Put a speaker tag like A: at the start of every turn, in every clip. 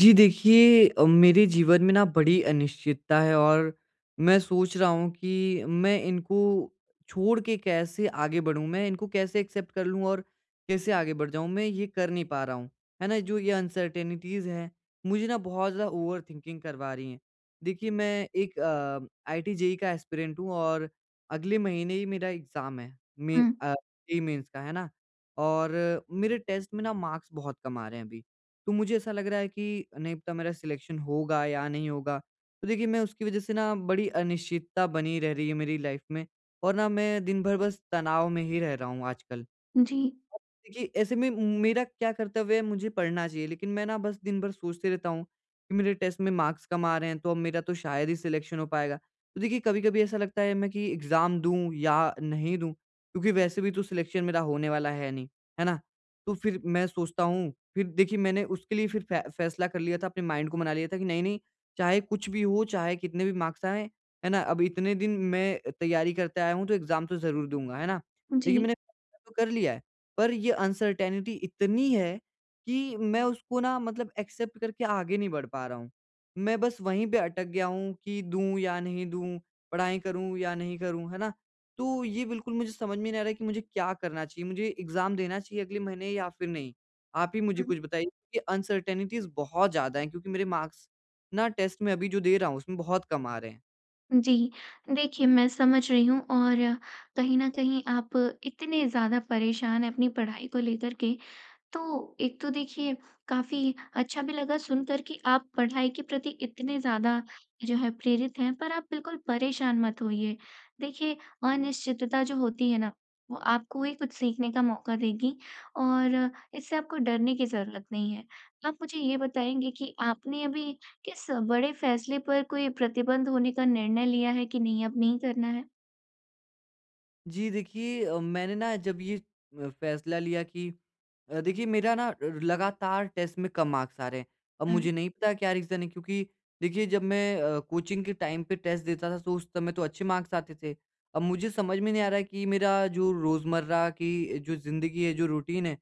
A: जी देखिए, मेरे जीवन में ना बड़ी अनिश्चितता है और मैं सोच रहा हूँ कि मैं इनको छोड़ के कैसे आगे बढ़ूँ, मैं इनको कैसे एक्सेप्ट कर लूँ और कैसे आगे बढ़ जाऊँ। मैं ये कर नहीं पा रहा हूँ, है ना? जो ये अनसर्टेनिटीज़ हैं, मुझे ना बहुत ज़्यादा ओवरथिंकिंग करवा रही हैं। देखिए, मैं एक आईटी जेईई का एस्पिरेंट हूँ और अगले महीने ही मेरा एग्ज़ाम है,
B: हुँ।
A: जेईई मेंस का, है ना? और मेरे टेस्ट में ना मार्क्स बहुत कम आ रहे हैं अभी। तो मुझे ऐसा लग रहा है कि नहीं पता मेरा सिलेक्शन होगा या नहीं होगा। तो देखिए, मैं उसकी वज़ह से ना बड़ी अनिश्चितता बनी रह रही है मेरी लाइफ़ में और ना मैं दिन भर बस तनाव में ही रह रहा हूँ आजकल।
B: जी।
A: देखिए, ऐसे में मेरा क्या कर्तव्य है? मुझे पढ़ना चाहिए, लेकिन मैं ना बस दिन भर सोचते रहता हूँ कि मेरे टेस्ट में मार्क्स कम आ रहे हैं तो अब मेरा तो शायद ही सिलेक्शन हो पाएगा। तो देखिए, कभी-कभी ऐसा लगता है मैं कि एग्ज़ाम दूँ या नहीं दूँ, क्योंकि वैसे भी तो सिलेक्शन मेरा होने वाला है नहीं, है ना? तो फिर मैं सोचता हूँ, फिर देखिए मैंने उसके लिए फिर फै फैसला कर लिया था, अपने माइंड को मना लिया था कि नहीं-नहीं, चाहे कुछ भी हो, चाहे कितने भी मार्क्स आएँ, है ना? अब इतने दिन मैं तैयारी करते आया हूँ तो एग्ज़ाम तो ज़रूर दूँगा, है ना?
B: जी।
A: देखिए, मैंने फैसला तो कर लिया है। पर ये अनसर्टेनिटी इतनी है कि मैं उसको ना मतलब एक्सेप्ट करके आगे नहीं बढ़ पा रहा हूँ। मैं बस वहीं पे अटक गया हूँ कि दूँ या नहीं दूँ, पढ़ाई करूँ या नहीं करूँ, है ना? तो ये बिल्कुल मुझे समझ में नहीं आ रहा है कि मुझे क्या करना चाहिए? मुझे एग्ज़ाम देना चाहिए अगले महीने या फिर नहीं? आप ही मुझे
B: हुँ।
A: कुछ बताइए कि अनसर्टेनिटीज़ बहुत ज़्यादा हैं, क्योंकि मेरे मार्क्स ना टेस्ट में अभी जो दे रहा हूँ उसमें बहुत कम आ रहे हैं।
B: जी। देखिए, मैं समझ रही हूँ और कहीं न कहीं आप इतने ज़्यादा परेशान हैं अपनी पढ़ाई को लेकर के, तो एक तो देखिए काफ़ी अच्छा भी लगा सुनकर कि आप पढ़ाई के प्रति इतने ज़्यादा जो है प्रेरित हैं, पर आप बिल्कुल परेशान मत होइए। देखिए, अनिश्चितता जो होती है ना, वो आपको ही कुछ सीखने का मौका देगी और इससे आपको डरने की ज़रूरत नहीं है। आप मुझे ये बताएँगे कि आपने अभी किस बड़े फैसले पर कोई प्रतिबंध होने का निर्णय लिया है कि नहीं अब नहीं करना है?
A: जी देखिए, मैंने ना जब ये फैसला लिया कि देखिए मेरा ना र लगातार टेस्ट में कम मार्क्स आ रहे हैं। अब
B: हुँ।
A: मुझे नहीं पता क्या रीज़न है, क्योंकि देखिए जब मैं कोचिंग के टाइम पे टेस्ट देता था तो उस समय तो अच्छे मार्क्स आते थे। अब मुझे समझ में नहीं आ रहा है कि मेरा जो रोज़मर्रा की जो ज़िंदगी है, जो रूटीन है,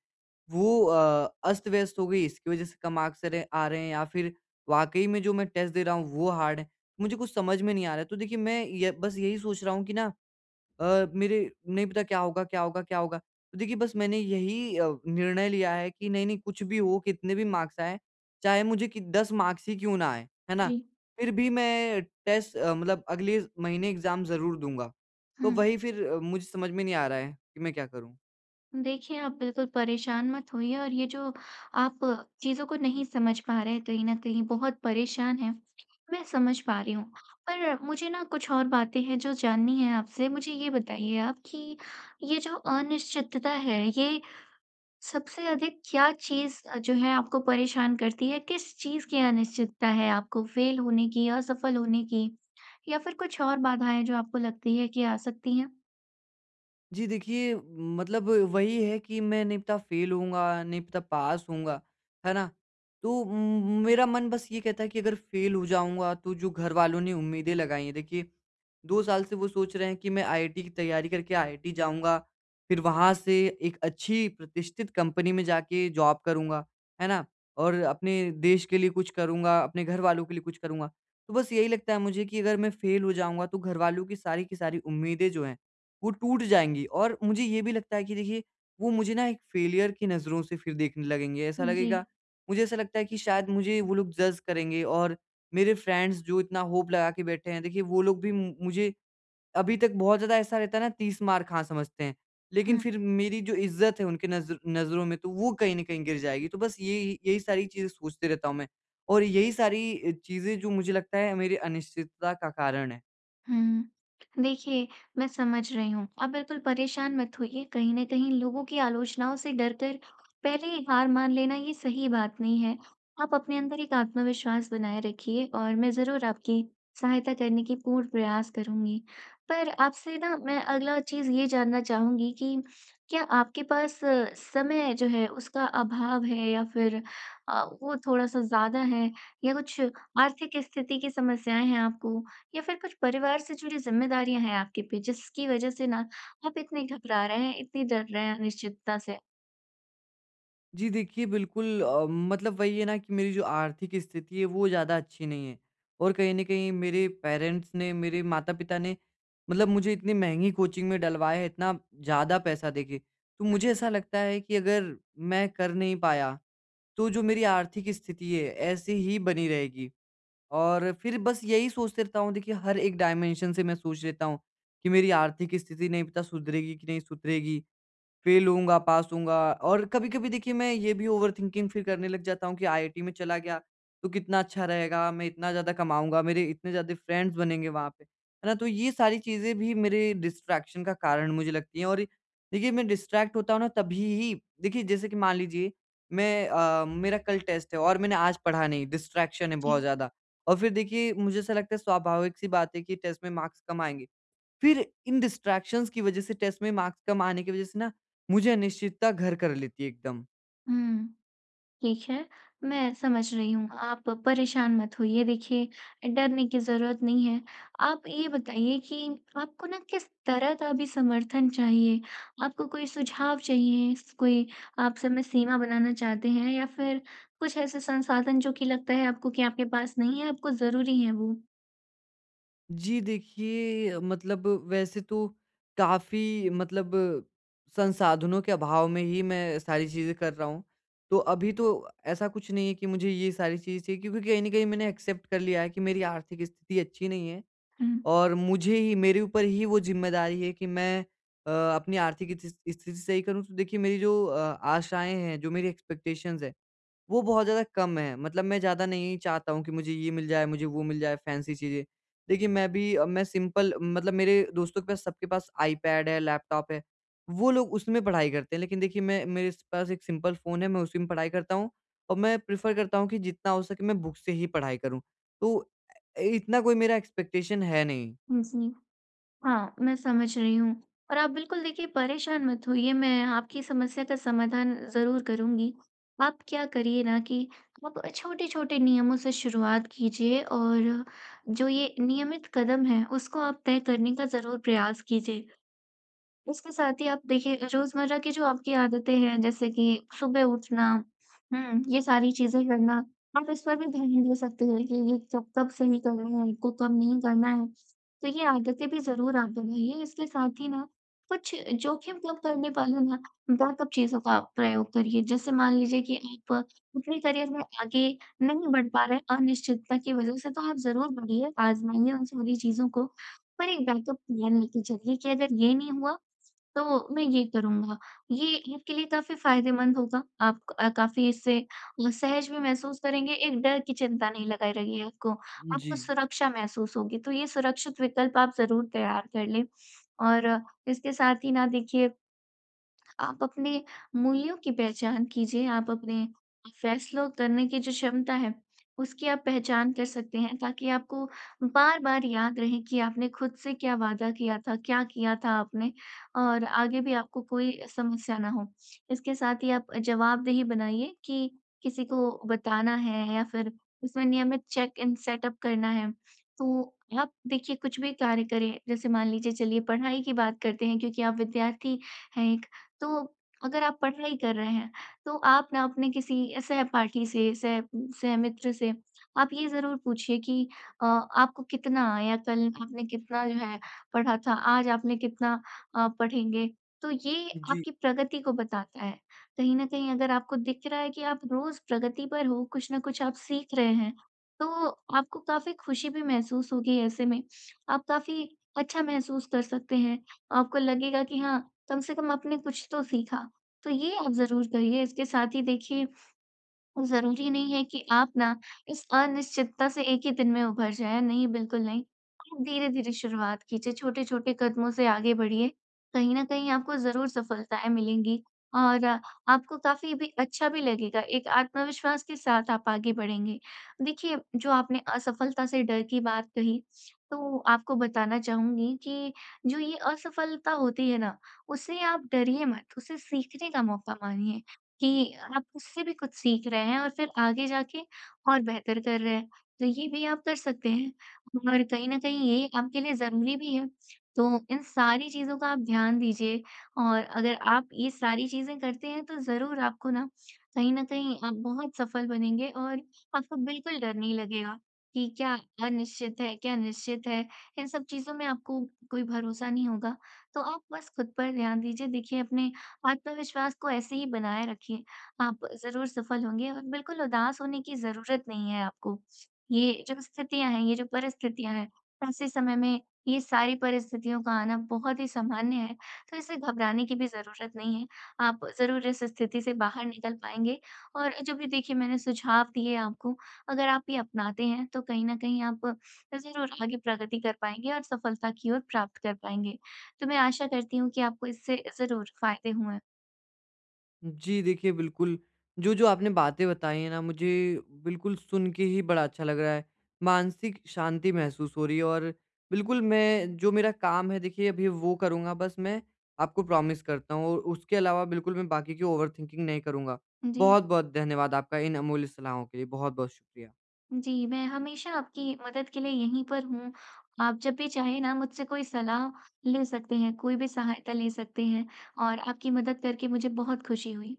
A: वो अस्त-व्यस्त हो गई इसकी वज़ह से कम मार्क्स आ रहे हैं या फिर वाक़ई में जो मैं टेस्ट दे रहा हूँ वो हार्ड है। मुझे कुछ समझ में नहीं आ रहा है। तो देखिए, मैं ये बस यही सोच रहा हूँ कि ना मेरे नहीं पता क्या होगा, क्या होगा, क्या होगा? तो देखिए, बस मैंने यही निर्णय लिया है कि नहीं-नहीं, कुछ भी हो, कितने भी मार्क्स आएँ, चाहे मुझे कि 10 मार्क्स ही क्यों ना आएँ, है ना?
B: जी।
A: फिर भी मैं टेस्ट मतलब अगले महीने एग्ज़ाम ज़रूर दूँगा। तो
B: हुँ।
A: वही फिर मुझे समझ में नहीं आ रहा है कि मैं क्या करूँ?
B: देखिए, आप बिल्कुल परेशान मत होइए और ये जो आप चीज़ों को नहीं समझ पा रहे हैं कहीं न कहीं बहुत परेशान हैं, मैं समझ पा रही हूँ। पर मुझे ना कुछ और बातें हैं जो जाननी है आपसे। मुझे ये बताइए आप कि ये जो अनिश्चितता है, ये सबसे अधिक क्या चीज़ जो है आपको परेशान करती है? किस चीज़ की अनिश्चितता है आपको? फ़ेल होने की, असफल होने की या फिर कुछ और बाधाएँ जो आपको लगती है कि आ सकती हैं?
A: जी देखिए, मतलब वही है कि मैं नहीं पता फ़ेल होऊँगा, नहीं पता पास होऊँगा, है ना? तो मेरा मन बस ये कहता है कि अगर फ़ेल हो जाऊँगा तो जो घरवालों ने उम्मीदें लगाई हैं देखिए, 2 साल से वो सोच रहे हैं कि मैं आईआईटी की तैयारी करके आईआईटी जाऊँगा, फिर वहाँ से एक अच्छी प्रतिष्ठित कंपनी में जाके जॉब करूँगा, है ना? और अपने देश के लिए कुछ करूँगा, अपने घरवालों के लिए कुछ करूँगा। तो बस यही लगता है मुझे कि अगर मैं फ़ेल हो जाऊँगा तो घरवालों की सारी उम्मीदें जो हैं वो टूट जाएँगी। और मुझे ये भी लगता है कि देखिए, वो मुझे ना एक फ़ेलियर की नज़रों से फिर देखने लगेंगे, ऐसा
B: जी।
A: लगेगा मुझे। ऐसा लगता है कि शायद मुझे वो लोग जज़ करेंगे और मेरे फ्रेंड्स जो इतना होप लगा के बैठे हैं, देखिए वो लोग भी मु मुझे अभी तक बहुत ज़्यादा ऐसा रहता है ना 30 मार खा समझते हैं। लेकिन
B: हाँ।
A: फिर मेरी जो इज़्ज़त है उनके नज़रों में तो वो कहीं न कहीं गिर जाएगी। तो बस यही यही सारी चीज़ें सोचते रहता हूँ मैं और यही सारी चीज़ें जो मुझे लगता है मेरी अनिश्चितता का कारण है।
B: हुँ। देखिए, मैं समझ रही हूँ। आप बिल्कुल परेशान मत होइए, कहीं न कहीं लोगों की आलोचनाओं से डरकर पहले ही हार मान लेना ये सही बात नहीं है। आप अपने अंदर एक आत्मविश्वास बनाए रखिए और मैं ज़रूर आपकी सहायता करने की पूर्ण प्रयास करूँगी। पर आपसे ना मैं अगला चीज़ ये जानना चाहूँगी कि क्या आपके पास समय जो है उसका अभाव है या फिर वो थोड़ा-सा ज़्यादा है या कुछ आर्थिक स्थिति की समस्याएँ हैं आपको? या फिर कुछ परिवार से जुड़ी ज़िम्मेदारियाँ हैं आपके पे, जिसकी वज़ह से ना आप इतने घबरा रहे हैं, इतनी डर रहे हैं अनिश्चितता से?
A: जी देखिए, बिल्कुल मतलब वही है ना कि मेरी जो आर्थिक स्थिति है वो ज़्यादा अच्छी नहीं है और कहीं न कहीं मेरे पेरेंट्स ने, मेरे माता-पिता ने मतलब मुझे इतनी महँगी कोचिंग में डलवाया है, इतना ज़्यादा पैसा देके। तो मुझे ऐसा लगता है कि अगर मैं कर नहीं पाया, तो जो मेरी आर्थिक स्थिति है ऐसे ही बनी रहेगी और फिर बस यही सोचते रहता हूँ। देखिए, हर एक डायमेंशन से मैं सोच लेता हूँ कि मेरी आर्थिक स्थिति नहीं पता सुधरेगी कि नहीं सुधरेगी, फेल होऊँगा, पास होऊँगा, और कभी-कभी देखिए मैं ये भी ओवरथिंकिंग फिर करने लग जाता हूँ कि आईआईटी में चला गया, तो कितना अच्छा रहेगा, मैं इतना ज़्यादा कमाऊँगा, मेरे इतने ज़्यादा फ्रेंड्स बनेंगे वहाँ पे, है ना? तो ये सारी चीज़ें भी मेरे डिस्ट्रैक्शन का कारण मुझे लगती हैं और देखिए, मैं डिस्ट्रैक्ट होता हूँ ना तभी ही, देखिए जैसे कि मान लीजिए मैं मेरा कल टेस्ट है और मैंने आज पढ़ा नहीं, डिस्ट्रैक्शन है
B: जी।
A: बहुत ज़्यादा। और फिर देखिए मुझे ऐसा लगता है स्वाभाविक-सी बात है कि टेस्ट में मार्क्स कम आएँगे। फिर इन डिस्ट्रैक्शंस की वज़ह से टेस्ट में मार्क्स कम आने की वज़ह से ना मुझे अनिश्चितता घर कर लेती है एकदम।
B: हुँ, ठीक है, मैं समझ रही हूँ, आप परेशान मत होइए, देखिए डरने की ज़रूरत नहीं है। आप ये बताइए कि आपको ना किस तरह का भी समर्थन चाहिए? आपको कोई सुझाव चाहिए? स कोई आप समय सीमा बनाना चाहते हैं या फिर कुछ ऐसे संसाधन जो कि लगता है आपको कि आपके पास नहीं है, आपको ज़रूरी है वो?
A: जी देखिए, मतलब वैसे तो काफ़ी मतलब संसाधनों के अभाव में ही मैं सारी चीज़ें कर रहा हूँ। तो अभी तो ऐसा कुछ नहीं है कि मुझे ये सारी चीज़ें चाहिए, क्योंकि कहीं न कहीं मैंने एक्सेप्ट कर लिया है कि मेरी आर्थिक स्थिति अच्छी नहीं है
B: हुँ।
A: और मुझे ही मेरे ऊपर ही वो ज़िम्मेदारी है कि मैं अपनी आर्थिक इति स्थिति सही करूँ। तो देखिए, मेरी जो आशाएँ हैं, जो मेरी एक्सपेक्टेशंस हैं वो बहुत ज़्यादा कम है। मतलब मैं ज़्यादा नहीं चाहता हूँ कि मुझे ये मिल जाए, मुझे वो मिल जाए, फैंसी चीज़ें। देखिए, मैं भी मैं सिंपल मतलब मेरे दोस्तों के पास सबके पास आईपैड है, लैपटॉप है। वो लोग उसमें पढ़ाई करते हैं, लेकिन देखिए मैं मेरे स पास एक सिंपल फ़ोन है, मैं उसी में पढ़ाई करता हूँ और मैं प्रेफ़र करता हूँ कि जितना हो सके मैं बुक से ही पढ़ाई करूँ। तो इतना कोई मेरा एक्सपेक्टेशन है नहीं।
B: जी। हाँ, मैं समझ रही हूँ और आप बिल्कुल देखिए परेशान मत होइए, मैं आपकी समस्या का समाधान ज़रूर करूँगी। आप क्या करिए ना कि आप छोटे-छोटे नियमों से शुरुआत कीजिए और जो ये नियमित कदम हैं, उसको आप तय करने का ज़रूर प्रयास कीजिए। उसके साथ ही आप देखिए रोज़मर्रा की जो आपकी आदतें हैं जैसे कि सुबह उठना, हुँ, ये सारी चीज़ें करना, आप इस पर भी ध्यान दे सकते हैं कि ये कब कब सही करना है, आपको कब नहीं करना है। तो ये आदतें भी ज़रूर आप बनाइए। इसके साथ ही ना कुछ जोखिम कम करने वाले ना बैकअप चीज़ों का आप प्रयोग करिए। जैसे मान लीजिए कि आप अपने करियर में आगे नहीं बढ़ पा रहे हैं अनिश्चितता की वज़ह से, तो आप ज़रूर बढ़िए, आज़माइए उन सारी चीज़ों को। पर एक बैकअप प्लान लेके चलिए कि अगर ये नहीं हुआ तो मैं ये करूँगा। ये आपके लिए काफ़ी फ़ायदेमंद होगा। आप काफ़ी इससे सहज भी महसूस करेंगे, एक डर की चिंता नहीं लगाई रहेगी आपको।
A: जी।
B: आपको सुरक्षा महसूस होगी, तो ये सुरक्षित विकल्प आप ज़रूर तैयार कर लें। और इसके साथ ही ना देखिए आप अपने मूल्यों की पहचान कीजिए, आप अपने फैसलों करने की जो क्षमता है, उसकी आप पहचान कर सकते हैं ताकि आपको बार-बार याद रहे कि आपने खुद से क्या वादा किया था, क्या किया था आपने और आगे भी आपको कोई समस्या ना हो। इसके साथ ही आप जवाबदेही बनाइए कि किसी को बताना है या फिर उसमें नियमित चेक इन सेटअप करना है। तो आप देखिए कुछ भी कार्य करें, जैसे मान लीजिए चलिए पढ़ाई की बात करते हैं क्योंकि आप विद्यार्थी हैं, तो अगर आप पढ़ाई कर रहे हैं, तो आप ना अपने किसी सहपाठी से, सह सहमित्र से आप ये ज़रूर पूछिए कि आपको कितना आया? कल आपने कितना जो है पढ़ा था? आज आपने कितना पढ़ेंगे? तो ये
A: जी।
B: आपकी प्रगति को बताता है। कहीं न कहीं अगर आपको दिख रहा है कि आप रोज़ प्रगति पर हो, कुछ न कुछ आप सीख रहे हैं, तो आपको काफ़ी खुशी भी महसूस होगी ऐसे में। आप काफ़ी अच्छा महसूस कर सकते हैं। आपको लगेगा कि हाँ कम से कम आपने कुछ तो सीखा। तो ये आप ज़रूर करिए। इसके साथ ही देखिए ज़रूरी नहीं है कि आप ना इस अनिश्चितता से एक ही दिन में उभर जाएँ, नहीं बिल्कुल नहीं। आप धीरे-धीरे शुरुआत कीजिए, छोटे-छोटे कदमों से आगे बढ़िए। कहीं न कहीं आपको ज़रूर सफलताएँ मिलेंगी और आपको काफ़ी भी अच्छा भी लगेगा, एक आत्मविश्वास के साथ आप आगे बढ़ेंगे। देखिए, जो आपने असफलता से डर की बात कही, तो आपको बताना चाहूँगी कि जो ये असफलता होती है ना, उससे आप डरिए मत, उसे सीखने का मौका मानिए। कि आप उससे भी कुछ सीख रहे हैं और फिर आगे जाके और बेहतर कर रहे हैं। तो ये भी आप कर सकते हैं और कहीं न कहीं ये आपके लिए ज़रूरी भी है। तो इन सारी चीज़ों का आप ध्यान दीजिए और अगर आप ये सारी चीज़ें करते हैं तो ज़रूर आपको ना कहीं न कहीं आप बहुत सफल बनेंगे और आपको बिल्कुल डर नहीं लगेगा कि क्या अनिश्चित है, क्या निश्चित है, इन सब चीज़ों में आपको कोई भरोसा नहीं होगा। तो आप बस खुद पर ध्यान दीजिए। देखिए अपने आत्मविश्वास को ऐसे ही बनाए रखिए, आप ज़रूर सफल होंगे और बिल्कुल उदास होने की ज़रूरत नहीं है आपको। ये जो स्थितियाँ हैं, ये जो परिस्थितियाँ हैं, ऐसे समय में ये सारी परिस्थितियों का आना बहुत ही सामान्य है, तो इससे घबराने की भी ज़रूरत नहीं है। आप ज़रूर इस स्थिति से बाहर निकल पाएँगे और जो भी देखिए मैंने सुझाव दिए आपको, अगर आप ये अपनाते हैं, तो कहीं न कहीं आप ज़रूर आगे प्रगति कर पाएँगे और सफलता की ओर प्राप्त कर पाएँगे। तो मैं आशा करती हूँ कि आपको इससे ज़रूर फ़ायदे हुए।
A: जी, देखिए बिल्कुल, जो-जो आपने बातें बताई हैं ना मुझे बिल्कुल सुन के ही बड़ा अच्छा लग रहा है। मानसिक शांति महसूस हो रही है और बिल्कुल मैं जो मेरा काम है देखिए अभी वो करूँगा, बस मैं आपको प्रॉमिस करता हूँ और उसके अलावा बिल्कुल मैं बाकी की ओवरथिंकिंग नहीं करूँगा।
B: जी।
A: बहुत-बहुत धन्यवाद आपका इन अमूल्य सलाहों के लिए। बहुत-बहुत शुक्रिया।
B: जी, मैं हमेशा आपकी मदद के लिए यहीं पर हूँ। आप जब भी चाहें ना मुझसे कोई सलाह ले सकते हैं, कोई भी सहायता ले सकते हैं और आपकी मदद करके मुझे बहुत खुशी हुई।